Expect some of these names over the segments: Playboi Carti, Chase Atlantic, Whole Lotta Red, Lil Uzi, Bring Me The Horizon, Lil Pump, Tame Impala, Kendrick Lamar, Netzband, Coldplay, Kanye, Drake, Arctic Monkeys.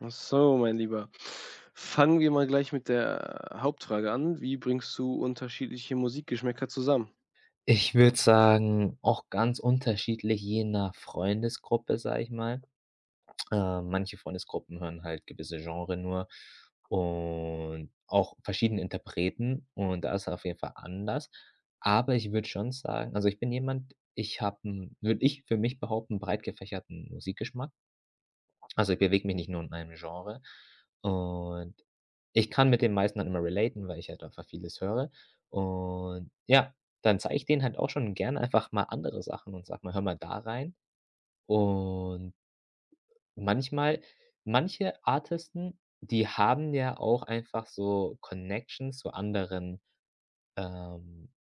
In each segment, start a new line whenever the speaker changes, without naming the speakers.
Ach so, mein Lieber. Fangen wir mal gleich mit der Hauptfrage an. Wie bringst du unterschiedliche Musikgeschmäcker zusammen?
Ich würde sagen, auch ganz unterschiedlich je nach Freundesgruppe, sage ich mal. Manche Freundesgruppen hören halt gewisse Genre nur und auch verschiedene Interpreten und da ist er auf jeden Fall anders. Aber ich würde schon sagen, also ich bin jemand, ich habe würde ich für mich behaupten, breit gefächerten Musikgeschmack. Also, ich bewege mich nicht nur in einem Genre und ich kann mit den meisten dann immer relaten, weil ich halt einfach vieles höre, und ja, dann zeige ich denen halt auch schon gerne einfach mal andere Sachen und sag mal: „Hör mal da rein." Und manchmal manche Artisten, die haben ja auch einfach so Connections zu anderen, ähm,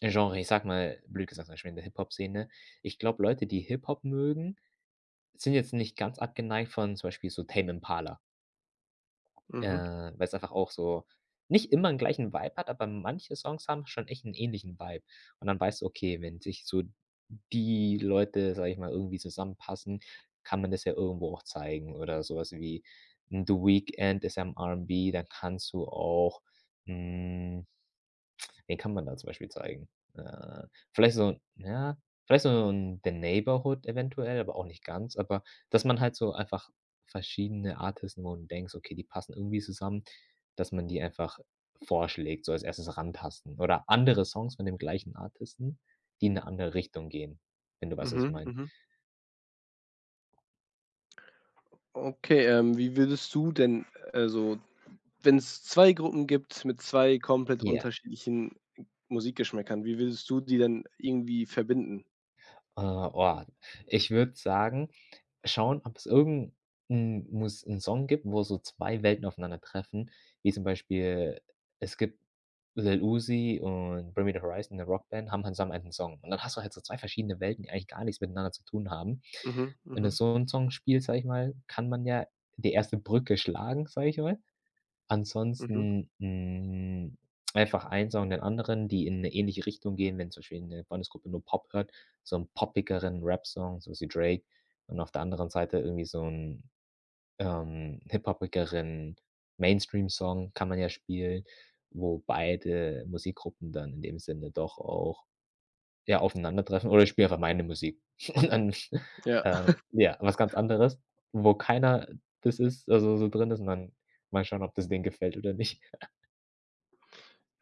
Genres. Ich sag mal, blöd gesagt, zum Beispiel in der Hip-Hop-Szene. Ich glaube, Leute, die Hip-Hop mögen, sind jetzt nicht ganz abgeneigt von zum Beispiel so Tame Impala.
Mhm,
Weil es einfach auch so nicht immer den gleichen Vibe hat, aber manche Songs haben schon echt 'n ähnlichen Vibe. Und dann weißt du, okay, wenn sich so die Leute, sage ich mal, irgendwie zusammenpassen, kann man das ja irgendwo auch zeigen. Oder so was wie, The Weeknd ist ja im R&B, dann kannst du auch, hm den kann man da zum Beispiel zeigen. Äh, Vielleicht so ja, vielleicht so 'n „The Neighborhood" eventuell, aber auch nicht ganz, aber dass man halt so einfach verschiedene Artisten, wo du denkst: „Okay, die passen irgendwie zusammen", dass man die einfach vorschlägt, so als erstes rantasten, oder andere Songs von dem gleichen Artisten, die in 'ne andere Richtung gehen, wenn du weißt, was ich
mhm,
meine.
mhm. Okay, wie würdest du denn also, wenn es 2 Gruppen gibt mit 2 komplett
Ja.
unterschiedlichen Musikgeschmäckern? Wie würdest du die denn irgendwie verbinden?
Oh, ich würde sagen, schauen, ob es irgend 'n Song gibt, wo so 2 Welten aufeinandertreffen, wie zum Beispiel, es gibt Lil Uzi und Bring Me The Horizon, 'ne Rockband, haben halt zusammen einen Song. Und dann hast du halt so 2 verschiedene Welten, die eigentlich gar nichts miteinander zu tun haben.
Mhm,
Wenn du
mhm,
so 'n Song spielst, sage ich mal, kann man ja die erste Brücke schlagen, sage ich mal.
mhm.
Ansonsten, einfach einen Song, den anderen, die in eine ähnliche Richtung gehen. Wenn zum Beispiel eine Freundesgruppe nur Pop hört, so 'n poppigeren Rap-Song, so wie Drake, und auf der anderen Seite irgendwie so 'n, hip-hopigeren Mainstream-Song kann man ja spielen, wo beide Musikgruppen dann in dem Sinne doch auch, ja, aufeinandertreffen. Oder ich spiele einfach meine Musik und dann,
Ja.
ja, was ganz anderes, wo keiner das ist, also, so drin ist, und dann mal schauen, ob das denen gefällt oder nicht.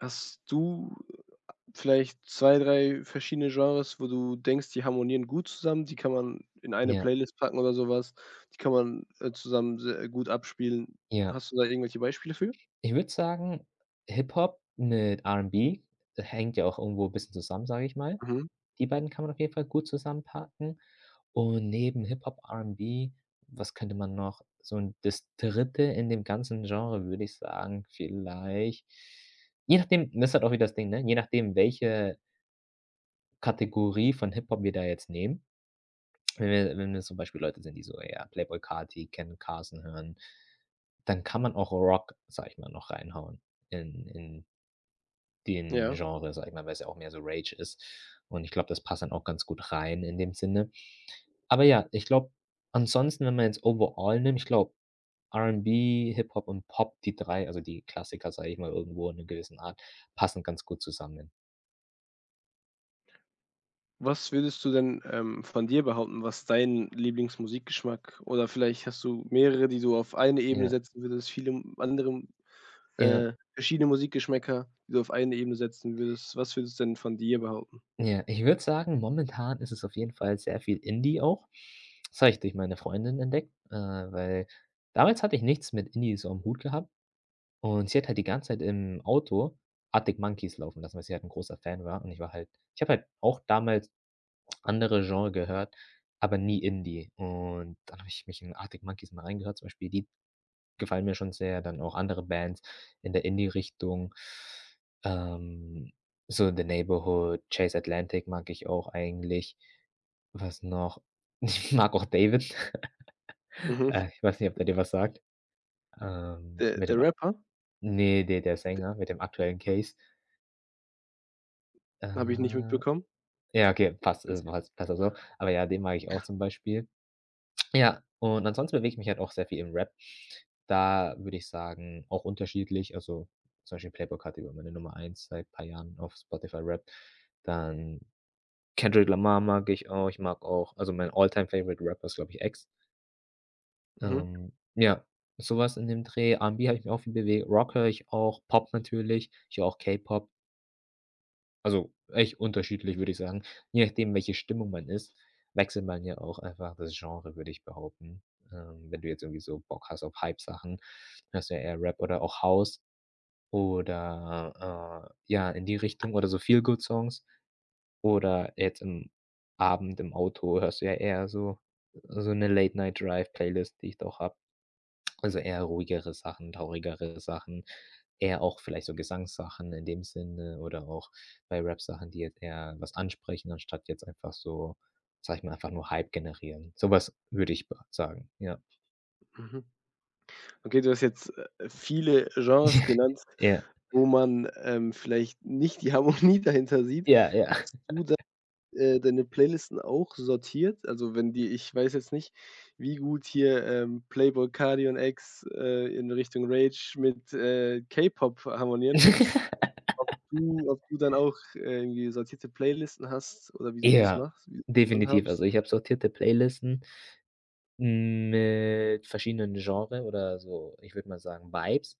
Hast du vielleicht 2, 3 verschiedene Genres, wo du denkst, die harmonieren gut zusammen, die kann man in eine
Ja,
Playlist packen oder sowas? Die kann man, zusammen sehr gut abspielen.
ja.
Hast du da irgendwelche Beispiele für?
Ich würde sagen, Hip-Hop mit R&B, hängt ja auch irgendwo ein bisschen zusammen, sage ich mal.
Mhm,
Die beiden kann man auf jeden Fall gut zusammenpacken. Und neben Hip-Hop, R&B, was könnte man noch so 'n das dritte in dem ganzen Genre, würde ich sagen, vielleicht je nachdem, das ist halt auch wieder das Ding, ne? Je nachdem, welche Kategorie von Hip-Hop wir da jetzt nehmen. Wenn wir zum Beispiel Leute sind, die so eher Playboi Carti, Ken Carson hören, dann kann man auch Rock, sage ich mal, noch reinhauen in den
ja.
Genre, sage ich mal, weil es ja auch mehr so Rage ist. Und ich glaube, das passt dann auch ganz gut rein in dem Sinne. Aber ja, ich glaube, ansonsten, wenn man jetzt overall nimmt, ich glaube, R&B, Hip-Hop und Pop, die 3, also die Klassiker, sage ich mal, irgendwo in einer gewissen Art, passen ganz gut zusammen.
Was würdest du denn, von dir behaupten, was dein Lieblingsmusikgeschmack, oder vielleicht hast du mehrere, die du auf eine Ebene
Ja,
setzen würdest, viele andere
ja.
verschiedene Musikgeschmäcker, die du auf eine Ebene setzen würdest. Was würdest du denn von dir behaupten?
Ja, ich würde sagen, momentan ist es auf jeden Fall sehr viel Indie auch. Das habe ich durch meine Freundin entdeckt, weil damals hatte ich nichts mit Indie so am Hut gehabt, und sie hat halt die ganze Zeit im Auto Arctic Monkeys laufen lassen, weil sie halt ein großer Fan war, und ich habe halt auch damals andere Genre gehört, aber nie Indie, und dann habe ich mich in Arctic Monkeys mal reingehört, zum Beispiel, die gefallen mir schon sehr. Dann auch andere Bands in der Indie-Richtung, ähm, so The Neighborhood, Chase Atlantic mag ich auch eigentlich. Was noch? Ich mag auch David.
Mhm.
Ich weiß nicht, ob der dir was sagt.
Der
Mit
der
dem a
Rapper?
ne, der Sänger mit dem aktuellen Case.
Habe ich nicht
Äh,
mitbekommen.
ja, okay, passt, es
Jetzt
passt besser so. Aber ja, den mag ich auch zum Beispiel. Ja, und ansonsten bewege ich mich halt auch sehr viel im Rap. Da würde ich sagen, auch unterschiedlich. Also, zum Beispiel Playboi Carti war meine Nummer eins seit ein paar Jahren auf Spotify Rap. Dann Kendrick Lamar mag ich auch. Ich mag auch, also mein All-Time Favorite Rapper ist, glaube ich, X.
mhm,
Ja, sowas in dem Dreh. R&B habe ich mich auch viel bewegt. Rock höre ich auch, Pop natürlich. Ich höre auch K-Pop. Also, echt unterschiedlich, würde ich sagen. Je nachdem, welche Stimmung man ist, wechselt man ja auch einfach das Genre, würde ich behaupten. Wenn du jetzt irgendwie so Bock hast auf Hype-Sachen, hörst du ja eher Rap oder auch House, oder, ja, in die Richtung, oder so Feel-Good-Songs, oder jetzt im Abend im Auto hörst du ja eher so eine Late-Night-Drive-Playlist, die ich doch auch habe. Also, eher ruhigere Sachen, traurigere Sachen, eher auch vielleicht so Gesangssachen in dem Sinne, oder auch bei Rap-Sachen, die jetzt eher was ansprechen, anstatt jetzt einfach so, sage ich mal, einfach nur Hype generieren. Sowas würde ich ba sagen, ja.
mhm. Okay, du hast jetzt, viele Genres genannt,
Ja,
wo man, vielleicht nicht die Harmonie dahinter sieht.
ja, ja.
Hast du deine Playlisten auch sortiert? Also, wenn die ich weiß jetzt nicht, wie gut hier, Playboi Carti und X, in Richtung Rage mit, K-Pop harmonieren. Ob du dann auch irgendwie sortierte Playlisten hast oder wie du das
Ja,
machst, wie du das
definitiv. Also,
handhabst?
ich habe sortierte Playlisten mit verschiedenen Genres, oder so, ich würde mal sagen, Vibes.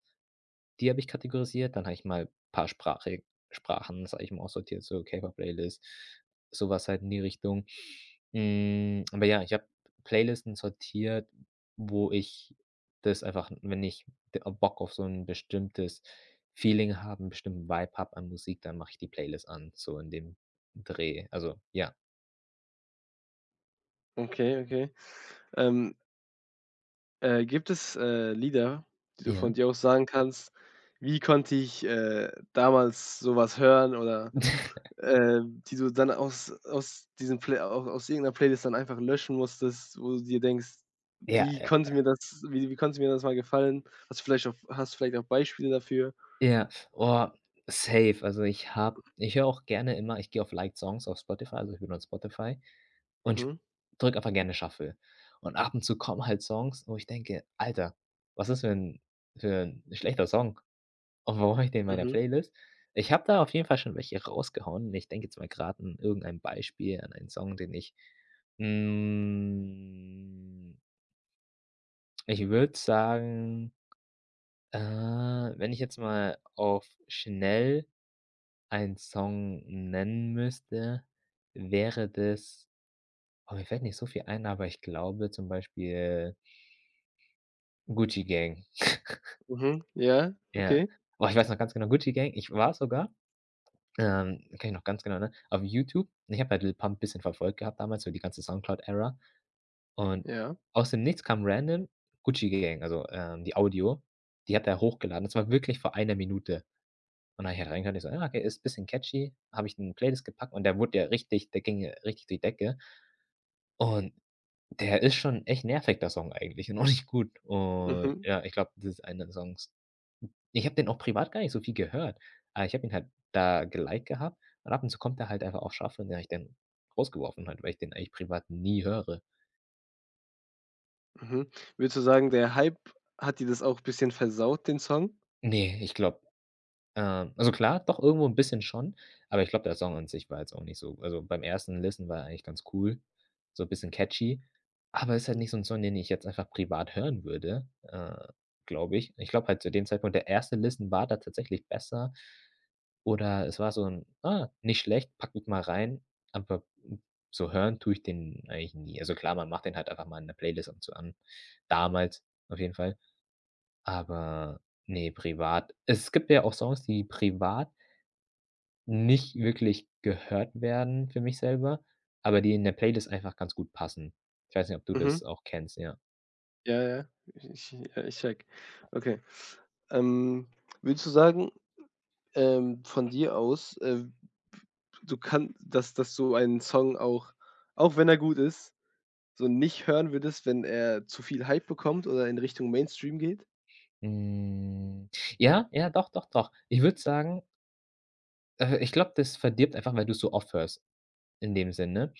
Die habe ich kategorisiert. Dann habe ich mal ein paar Sprachen, sage ich mal, aussortiert, so K-Pop-Playlist, so halt in die Richtung. Aber ja, ich habe Playlisten sortiert, wo ich das einfach, wenn ich d Bock auf so ein bestimmtes Feeling habe, 'n bestimmten Vibe habe an Musik, dann mache ich die Playlist an, so in dem Dreh. Also, ja.
Okay, okay. Ähm. Gibt es, Lieder, die du von
Ja.
dir aus sagen kannst: „Wie konnte ich, damals sowas hören?“ oder, äh, die du dann aus diesem Play au aus irgendeiner Playlist dann einfach löschen musstest, wo du dir denkst:
Ja,
„Wie
ja.
konnte mir das wie wie konnte mir das mal gefallen?“ Hast du vielleicht auch hast du vielleicht auch Beispiele dafür?
Ja, oh, safe. Also, ich höre auch gerne immer, ich gehe auf Liked Songs auf Spotify, also ich bin auf Spotify und
Mhm,
drücke einfach gerne Shuffle. Und ab und zu kommen halt Songs, wo ich denke: „Alter, was ist für ein schlechter Song, und warum habe ich den in meiner
mhm,
Playlist?" Ich habe da auf jeden Fall schon welche rausgehauen. Ich denke jetzt mal gerade an irgendein Beispiel, an einen Song, den ich, hm, ich würde sagen, wenn ich jetzt mal auf schnell einen Song nennen müsste, wäre das, oh, mir fällt nicht so viel ein, aber ich glaube zum Beispiel „Gucci Gang".
mhm. Ja,
Ja.
okay.
Oh, ich weiß noch ganz genau, „Gucci Gang", ich war sogar, kann ich noch ganz genau, ne, auf YouTube, ich habe halt Lil Pump bisschen verfolgt gehabt damals, so die ganze Soundcloud-Ära, und
Ja.
aus dem Nichts kam random „Gucci Gang", also, die Audio, die hat er hochgeladen. Das war wirklich vor einer Minute. Und da habe ich halt reingehört, ich so: „Ja, okay, ist bisschen catchy." Habe ich in 'ne Playlist gepackt, und der ging ja richtig durch die Decke. Und der ist schon echt nervig, der Song eigentlich, und auch nicht gut. Und
Mhm,
ja, ich glaube, das ist einer der Songs. Ich habe den auch privat gar nicht so viel gehört, aber ich habe ihn halt da geliked gehabt, und ab und zu kommt er halt einfach auf Shuffle, und den habe ich dann rausgeworfen halt, weil ich den eigentlich privat nie höre.
mhm. Würdest du sagen, der Hype hat dir das auch ein bisschen versaut, den Song?
Nee, ich glaube, also klar, doch irgendwo 'n bisschen schon, aber ich glaube, der Song an sich war jetzt auch nicht so, also, beim ersten Listen war er eigentlich ganz cool, so bisschen catchy, aber ist halt
Mhm,
nicht so 'n Song, den ich jetzt einfach privat hören würde, glaube ich. Ich glaube halt zu dem Zeitpunkt, der erste Listen war da tatsächlich besser, oder es war so 'n: „Ah, nicht schlecht, packe ich mal rein", aber, so hören tue ich den eigentlich nie. Also klar, man macht den halt einfach mal in der Playlist ab und zu an, damals auf jeden Fall, aber, ne, privat, es gibt ja auch Songs, die privat nicht wirklich gehört werden für mich selber, aber die in der Playlist einfach ganz gut passen. Ich weiß nicht, ob du
mhm.
das auch kennst, ja.
Ja, ja, ich ich ja, ich checke. Okay. Ähm, würdest du sagen, von dir aus, du kannst, dass du einen Song auch, auch wenn er gut ist, so nicht hören würdest, wenn er zu viel Hype bekommt oder in Richtung Mainstream geht?
Hm, ja, ja, doch, doch, doch. Ich würde sagen, ich glaube, das verdirbt einfach, weil du's so oft hörst in dem Sinne.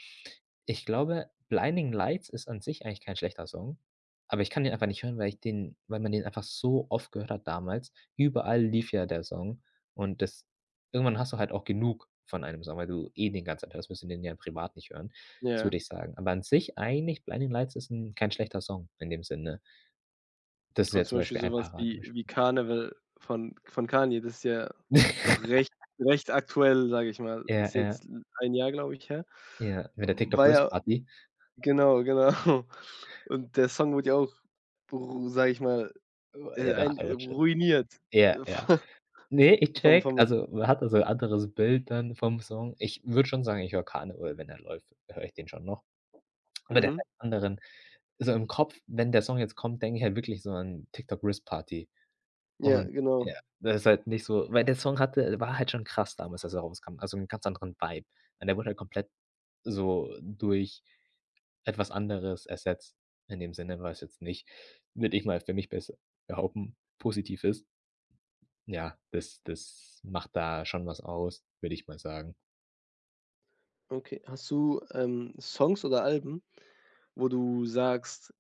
Ich glaube, „Blinding Lights" ist an sich eigentlich kein schlechter Song, aber ich kann den einfach nicht hören, weil man den einfach so oft gehört hat damals. Überall lief ja der Song, und das irgendwann hast du halt auch genug von einem Song, weil du eh den ganze Zeit hörst, wirst du den ja privat nicht hören. Das würde
Ja,
ich sagen. Aber an sich eigentlich „Blinding Lights" ist 'n kein schlechter Song in dem Sinne. Das ist
aber
ja
zum
zum
Beispiel
Beispiel ein
sowas wie
Paradebeispiel.
„Carnival“ von Kanye, das ist ja noch recht aktuell, sage ich mal.
Ja,
Ist
ja,
jetzt ein Jahr, glaube ich, her.
ja, mit der TikTok
War
Wrist
ja.
Party.
Genau, genau. Und der Song wurde ja auch, ru sage ich mal,
Oh, ja, das
ein
war schon
ruiniert,
ja,
äh,
ja. Ne, ich
vom
check.
vom
Also, man hat also so anderes Bild dann vom Song. Ich würde schon sagen, ich höre Karneval, wenn er läuft, höre ich den schon noch. Aber der Mhm.
mhm.
hat einen anderen so im Kopf, wenn der Song jetzt kommt, denke ich halt wirklich so an TikTok Wrist Party.
Ja,
Und ja,
genau.
das ist halt nicht so, weil der Song hatte war halt schon krass damals, als er rauskam, also 'n ganz anderen Vibe. Und der wurde halt komplett so durch etwas anderes ersetzt. In dem Sinne, was jetzt nicht, würde ich mal für mich bes behaupten, positiv ist. Ja, das macht da schon was aus, würde ich mal sagen.
Okay. Hast du, Songs oder Alben, wo du sagst,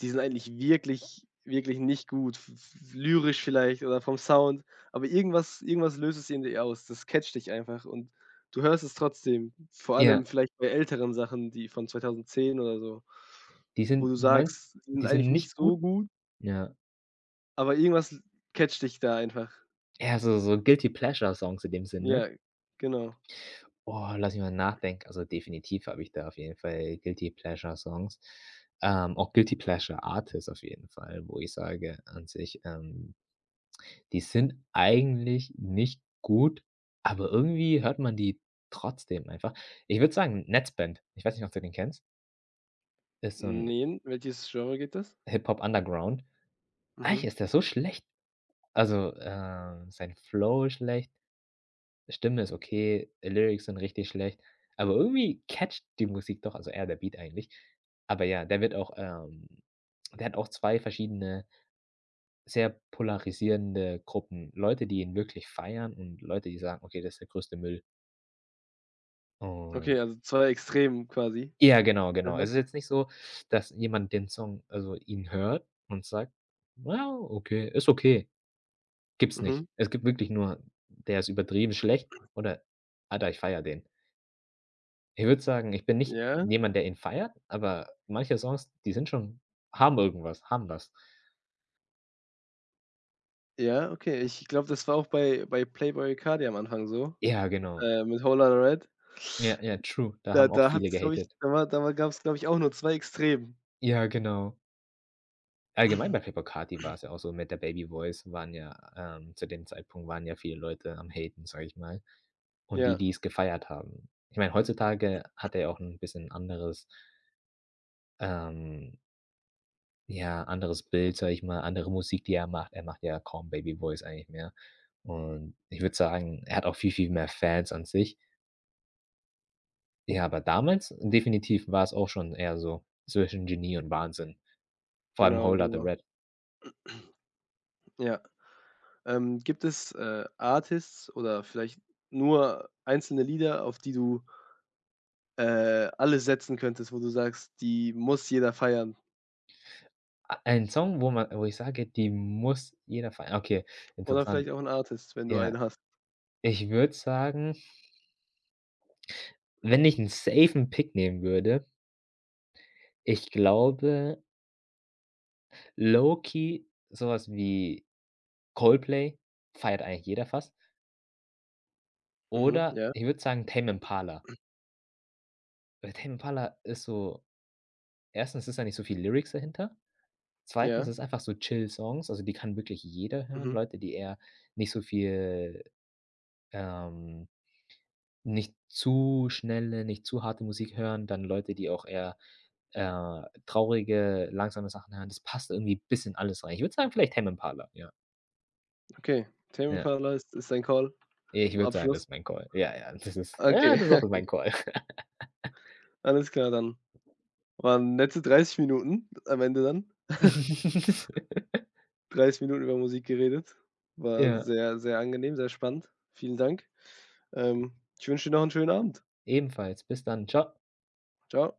die sind eigentlich wirklich, wirklich nicht gut, v v lyrisch vielleicht oder vom Sound, aber irgendwas löst es in dir aus. Das catcht dich einfach und du hörst es trotzdem, vor
Ja,
allem vielleicht bei älteren Sachen, die von 2010 oder so,
die
wo
sind
du
du meinst,
sagst, die sind
die
eigentlich
sind
nicht
nicht
so
gut?
gut.
Ja.
Aber irgendwas catcht dich da einfach.
Ja, so so Guilty Pleasure Songs in dem Sinne.
Ja, genau.
Oh, lass mich mal nachdenken. Also, definitiv habe ich da auf jeden Fall Guilty Pleasure Songs. Auch Guilty Pleasure Artists auf jeden Fall, wo ich sage an sich, die sind eigentlich nicht gut, aber irgendwie hört man die trotzdem einfach. Ich würde sagen, Netzband. Ich weiß nicht, ob du den kennst. Ist so ein
Nein. Welches Genre geht das?
Hip-Hop-Underground. Eigentlich
Mhm.
ist der so schlecht. Also, sein Flow ist schlecht, Stimme ist okay, Lyrics sind richtig schlecht, aber irgendwie catcht die Musik doch, also eher der Beat eigentlich. Aber ja, der wird auch, der hat auch 2 verschiedene, sehr polarisierende Gruppen. Leute, die ihn wirklich feiern und Leute, die sagen: „Okay, das ist der größte Müll.“
Okay,
Und
also zwei Extremen quasi.
ja, genau, genau.
Mhm.
Es ist jetzt nicht so, dass jemand den Song also ihn hört und sagt: „Ja, okay, ist okay.“ Gibt's
Mhm.
nicht. Es gibt wirklich nur: „Der ist übertrieben schlecht“ oder „Alter, ich feiere den.“ Ich würde sagen, ich bin nicht
Ja,
jemand, der ihn feiert, aber manche Songs, die sind schon haben irgendwas, haben was.
ja, okay. Ich glaube, das war auch bei bei Playboy Cardi am Anfang so,
Ja, genau.
mit „Whole Lotta Red“.
Ja, ja, true. Da haben auch viele gehatet.
Da war es, glaube ich, auch nur zwei Extremen.
Ja, genau. Allgemein bei Playboy Carti war's ja auch so mit der Baby Voice waren ja zu dem Zeitpunkt waren ja viele Leute am haten, sage ich mal. Und die,
Ja,
die es gefeiert haben. Ich meine, heutzutage hat er ja auch 'n bisschen anderes, ähm ja, anderes Bild, sage ich mal, andere Musik, die er macht. Er macht ja kaum Baby Voice eigentlich mehr. Und ich würde sagen, er hat auch viel, viel mehr Fans an sich. Ja, aber damals definitiv war es auch schon eher so zwischen Genie und Wahnsinn. Vor allem
genau,
„Whole Lotta
genau.
Red“.
Ja. Gibt es, Artists oder vielleicht nur einzelne Lieder, auf die du alle setzen könntest, wo du sagst, die muss jeder feiern?
A ein Song, wo man wo ich sage, die muss jeder feiern. Okay,
Oder
interessant.
vielleicht auch ein Artist, wenn du
Ja,
einen hast.
ich würde sagen, wenn ich einen safen Pick nehmen würde, ich glaube, low key so wie Coldplay feiert eigentlich jeder fast.
Mhm,
Oder
ja,
ich würde sagen Tame Impala. Weil Tame Impala ist so 1. ist da nicht so viel Lyrics dahinter. 2.
ja,
ist es einfach so Chill-Songs, also die kann wirklich jeder hören.
mhm,
Leute, die eher nicht so viel, ähm nicht zu schnelle, nicht zu harte Musik hören, dann Leute, die auch eher, traurige, langsame Sachen hören. Das passt irgendwie bis in alles rein. Ich würde sagen, vielleicht Tame Impala, ja,
okay.
ja.
Themenparler ist ist dein Call
Ich
zum
würde sagen,
Abschluss.
das ist mein Call. Ja, ja,
Okay,
das ist auch mein Call.
alles klar dann. Waren nette 30 Minuten am Ende dann. 30 Minuten über Musik geredet. War
Ja.
sehr, sehr angenehm, sehr spannend. Vielen Dank. Ähm, ich wünsche dir noch einen schönen Abend.
Ebenfalls. Bis dann. Ciao.
Ciao.